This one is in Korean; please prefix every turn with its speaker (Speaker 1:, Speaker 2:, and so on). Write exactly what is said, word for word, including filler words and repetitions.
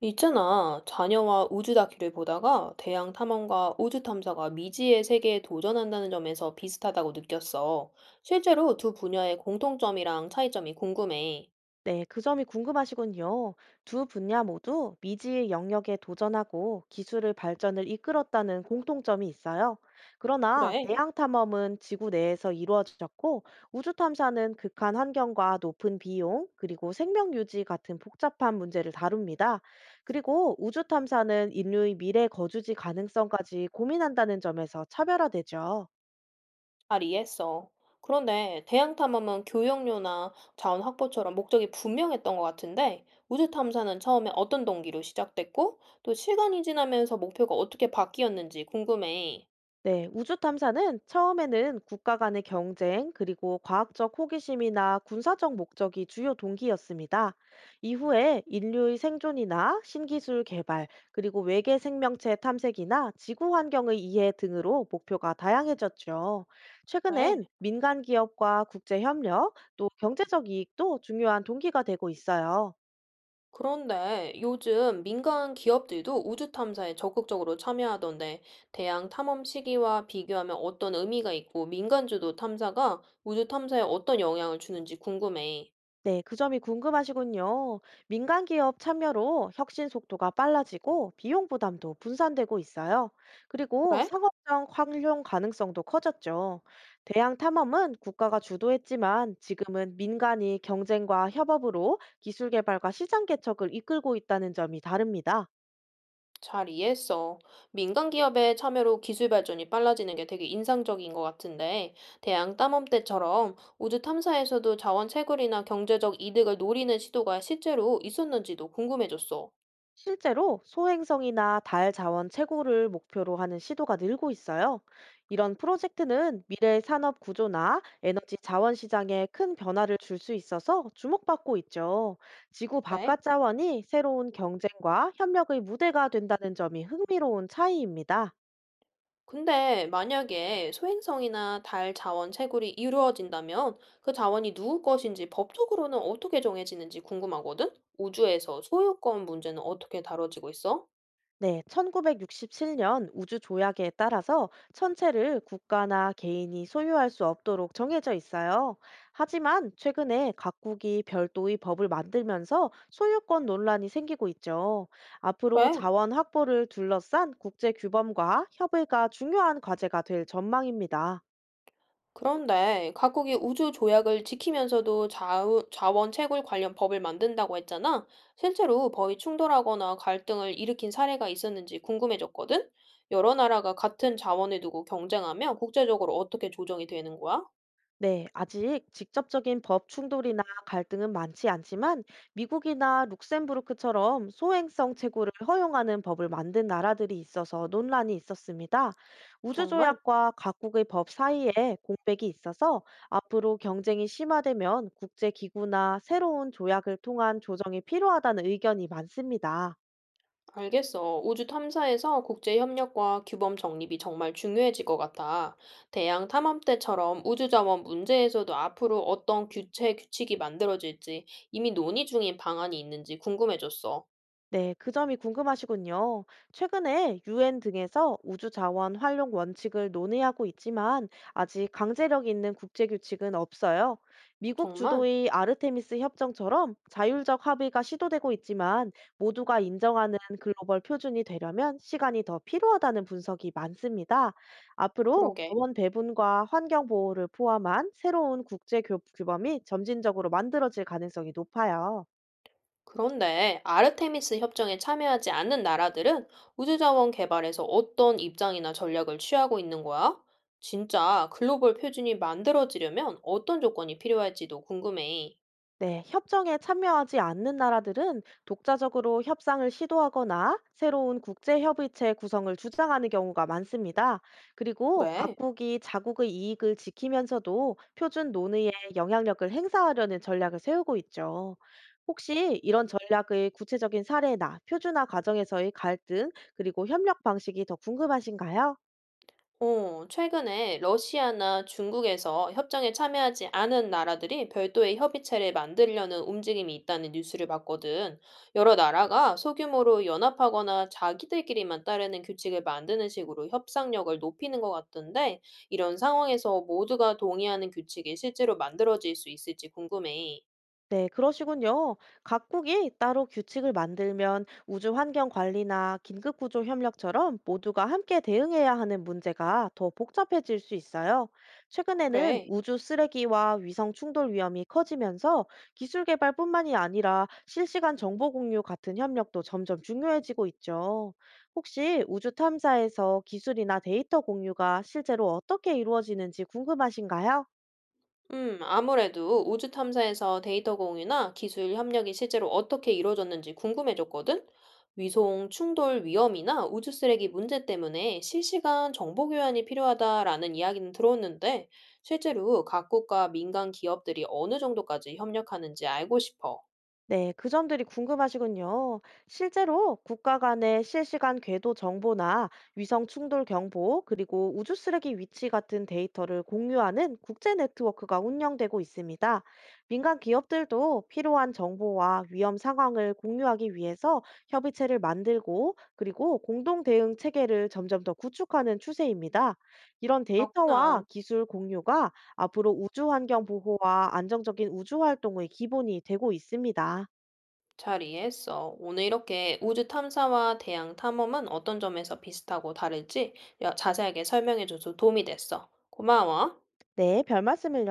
Speaker 1: 있잖아. 자녀와 우주 다큐를 보다가 대양 탐험과 우주 탐사가 미지의 세계에 도전한다는 점에서 비슷하다고 느꼈어. 실제로 두 분야의 공통점이랑 차이점이 궁금해.
Speaker 2: 네, 그 점이 궁금하시군요. 두 분야 모두 미지의 영역에 도전하고 기술의 발전을 이끌었다는 공통점이 있어요. 그러나
Speaker 1: 그래,
Speaker 2: 대양 탐험은 지구 내에서 이루어졌고 우주 탐사는 극한 환경과 높은 비용, 그리고 생명 유지 같은 복잡한 문제를 다룹니다. 그리고 우주 탐사는 인류의 미래 거주지 가능성까지 고민한다는 점에서 차별화되죠.
Speaker 1: 잘 이해했어. 그런데 대양 탐험은 교역료나 자원 확보처럼 목적이 분명했던 것 같은데 우주 탐사는 처음에 어떤 동기로 시작됐고 또 시간이 지나면서 목표가 어떻게 바뀌었는지 궁금해.
Speaker 2: 네, 우주 탐사는 처음에는 국가 간의 경쟁, 그리고 과학적 호기심이나 군사적 목적이 주요 동기였습니다. 이후에 인류의 생존이나 신기술 개발, 그리고 외계 생명체 탐색이나 지구 환경의 이해 등으로 목표가 다양해졌죠.
Speaker 1: 그래.
Speaker 2: 최근엔 민간 기업과 국제 협력, 또 경제적 이익도 중요한 동기가 되고 있어요.
Speaker 1: 그런데 요즘 민간 기업들도 우주 탐사에 적극적으로 참여하던데 대양 탐험 시기와 비교하면 어떤 의미가 있고 민간주도 탐사가 우주 탐사에 어떤 영향을 주는지 궁금해.
Speaker 2: 네, 그 점이 궁금하시군요. 민간 기업 참여로 혁신 속도가 빨라지고 비용 부담도 분산되고 있어요. 그리고
Speaker 1: 그래?
Speaker 2: 상업적 활용 가능성도 커졌죠. 대양 탐험은 국가가 주도했지만 지금은 민간이 경쟁과 협업으로 기술 개발과 시장 개척을 이끌고 있다는 점이 다릅니다.
Speaker 1: 잘 이해했어. 민간 기업의 참여로 기술 발전이 빨라지는 게 되게 인상적인 것 같은데 대양 탐험 때처럼 우주 탐사에서도 자원 채굴이나 경제적 이득을 노리는 시도가 실제로 있었는지도 궁금해졌어.
Speaker 2: 실제로 소행성이나 달 자원 채굴을 목표로 하는 시도가 늘고 있어요. 이런 프로젝트는 미래의 산업 구조나 에너지 자원 시장에 큰 변화를 줄 수 있어서 주목받고 있죠. 지구
Speaker 1: 그래?
Speaker 2: 바깥 자원이 새로운 경쟁과 협력의 무대가 된다는 점이 흥미로운 차이입니다.
Speaker 1: 근데 만약에 소행성이나 달 자원 채굴이 이루어진다면 그 자원이 누구 것인지 법적으로는 어떻게 정해지는지 궁금하거든? 우주에서 소유권 문제는 어떻게 다뤄지고 있어?
Speaker 2: 네, 천구백육십칠 년 우주 조약에 따라서 천체를 국가나 개인이 소유할 수 없도록 정해져 있어요. 하지만 최근에 각국이 별도의 법을 만들면서 소유권 논란이 생기고 있죠. 앞으로
Speaker 1: 왜?
Speaker 2: 자원 확보를 둘러싼 국제 규범과 협의가 중요한 과제가 될 전망입니다.
Speaker 1: 그런데 각국이 우주 조약을 지키면서도 자우, 자원 채굴 관련 법을 만든다고 했잖아. 실제로 법이 충돌하거나 갈등을 일으킨 사례가 있었는지 궁금해졌거든? 여러 나라가 같은 자원을 두고 경쟁하면 국제적으로 어떻게 조정이 되는 거야?
Speaker 2: 네, 아직 직접적인 법 충돌이나 갈등은 많지 않지만 미국이나 룩셈부르크처럼 소행성 채굴을 허용하는 법을 만든 나라들이 있어서 논란이 있었습니다.
Speaker 1: 정말?
Speaker 2: 우주조약과 각국의 법 사이에 공백이 있어서 앞으로 경쟁이 심화되면 국제기구나 새로운 조약을 통한 조정이 필요하다는 의견이 많습니다.
Speaker 1: 알겠어. 우주 탐사에서 국제 협력과 규범 정립이 정말 중요해질 것 같아. 대양 탐험 때처럼 우주 자원 문제에서도 앞으로 어떤 규체 규칙이 만들어질지 이미 논의 중인 방안이 있는지 궁금해졌어.
Speaker 2: 네, 그 점이 궁금하시군요. 최근에 유엔 등에서 우주 자원 활용 원칙을 논의하고 있지만 아직 강제력 있는 국제 규칙은 없어요. 미국
Speaker 1: 정말?
Speaker 2: 주도의 아르테미스 협정처럼 자율적 합의가 시도되고 있지만 모두가 인정하는 글로벌 표준이 되려면 시간이 더 필요하다는 분석이 많습니다. 앞으로
Speaker 1: 그러게.
Speaker 2: 자원 배분과 환경 보호를 포함한 새로운 국제 규- 규범이 점진적으로 만들어질 가능성이 높아요.
Speaker 1: 그런데 아르테미스 협정에 참여하지 않는 나라들은 우주 자원 개발에서 어떤 입장이나 전략을 취하고 있는 거야? 진짜 글로벌 표준이 만들어지려면 어떤 조건이 필요할지도 궁금해.
Speaker 2: 네, 협정에 참여하지 않는 나라들은 독자적으로 협상을 시도하거나 새로운 국제협의체 구성을 주장하는 경우가 많습니다. 그리고
Speaker 1: 그래.
Speaker 2: 각국이 자국의 이익을 지키면서도 표준 논의에 영향력을 행사하려는 전략을 세우고 있죠. 혹시 이런 전략의 구체적인 사례나 표준화 과정에서의 갈등, 그리고 협력 방식이 더 궁금하신가요?
Speaker 1: 어, 최근에 러시아나 중국에서 협정에 참여하지 않은 나라들이 별도의 협의체를 만들려는 움직임이 있다는 뉴스를 봤거든. 여러 나라가 소규모로 연합하거나 자기들끼리만 따르는 규칙을 만드는 식으로 협상력을 높이는 것 같던데, 이런 상황에서 모두가 동의하는 규칙이 실제로 만들어질 수 있을지 궁금해.
Speaker 2: 네, 그러시군요. 각국이 따로 규칙을 만들면 우주 환경 관리나 긴급 구조 협력처럼 모두가 함께 대응해야 하는 문제가 더 복잡해질 수 있어요. 최근에는
Speaker 1: 그래.
Speaker 2: 우주 쓰레기와 위성 충돌 위험이 커지면서 기술 개발뿐만이 아니라 실시간 정보 공유 같은 협력도 점점 중요해지고 있죠. 혹시 우주 탐사에서 기술이나 데이터 공유가 실제로 어떻게 이루어지는지 궁금하신가요?
Speaker 1: 음, 아무래도 우주 탐사에서 데이터 공유나 기술 협력이 실제로 어떻게 이루어졌는지 궁금해졌거든? 위성 충돌 위험이나 우주 쓰레기 문제 때문에 실시간 정보 교환이 필요하다라는 이야기는 들었는데, 실제로 각국과 민간 기업들이 어느 정도까지 협력하는지 알고 싶어.
Speaker 2: 네, 그 점들이 궁금하시군요. 실제로 국가 간의 실시간 궤도 정보나 위성 충돌 경보, 그리고 우주 쓰레기 위치 같은 데이터를 공유하는 국제 네트워크가 운영되고 있습니다. 민간 기업들도 필요한 정보와 위험 상황을 공유하기 위해서 협의체를 만들고, 그리고 공동 대응 체계를 점점 더 구축하는 추세입니다. 이런 데이터와
Speaker 1: 그렇구나.
Speaker 2: 기술 공유가 앞으로 우주 환경 보호와 안정적인 우주 활동의 기본이 되고 있습니다.
Speaker 1: 잘 이해했어. 오늘 이렇게 우주 탐사와 대양 탐험은 어떤 점에서 비슷하고 다를지 야- 자세하게 설명해줘서 도움이 됐어. 고마워.
Speaker 2: 네, 별 말씀을요.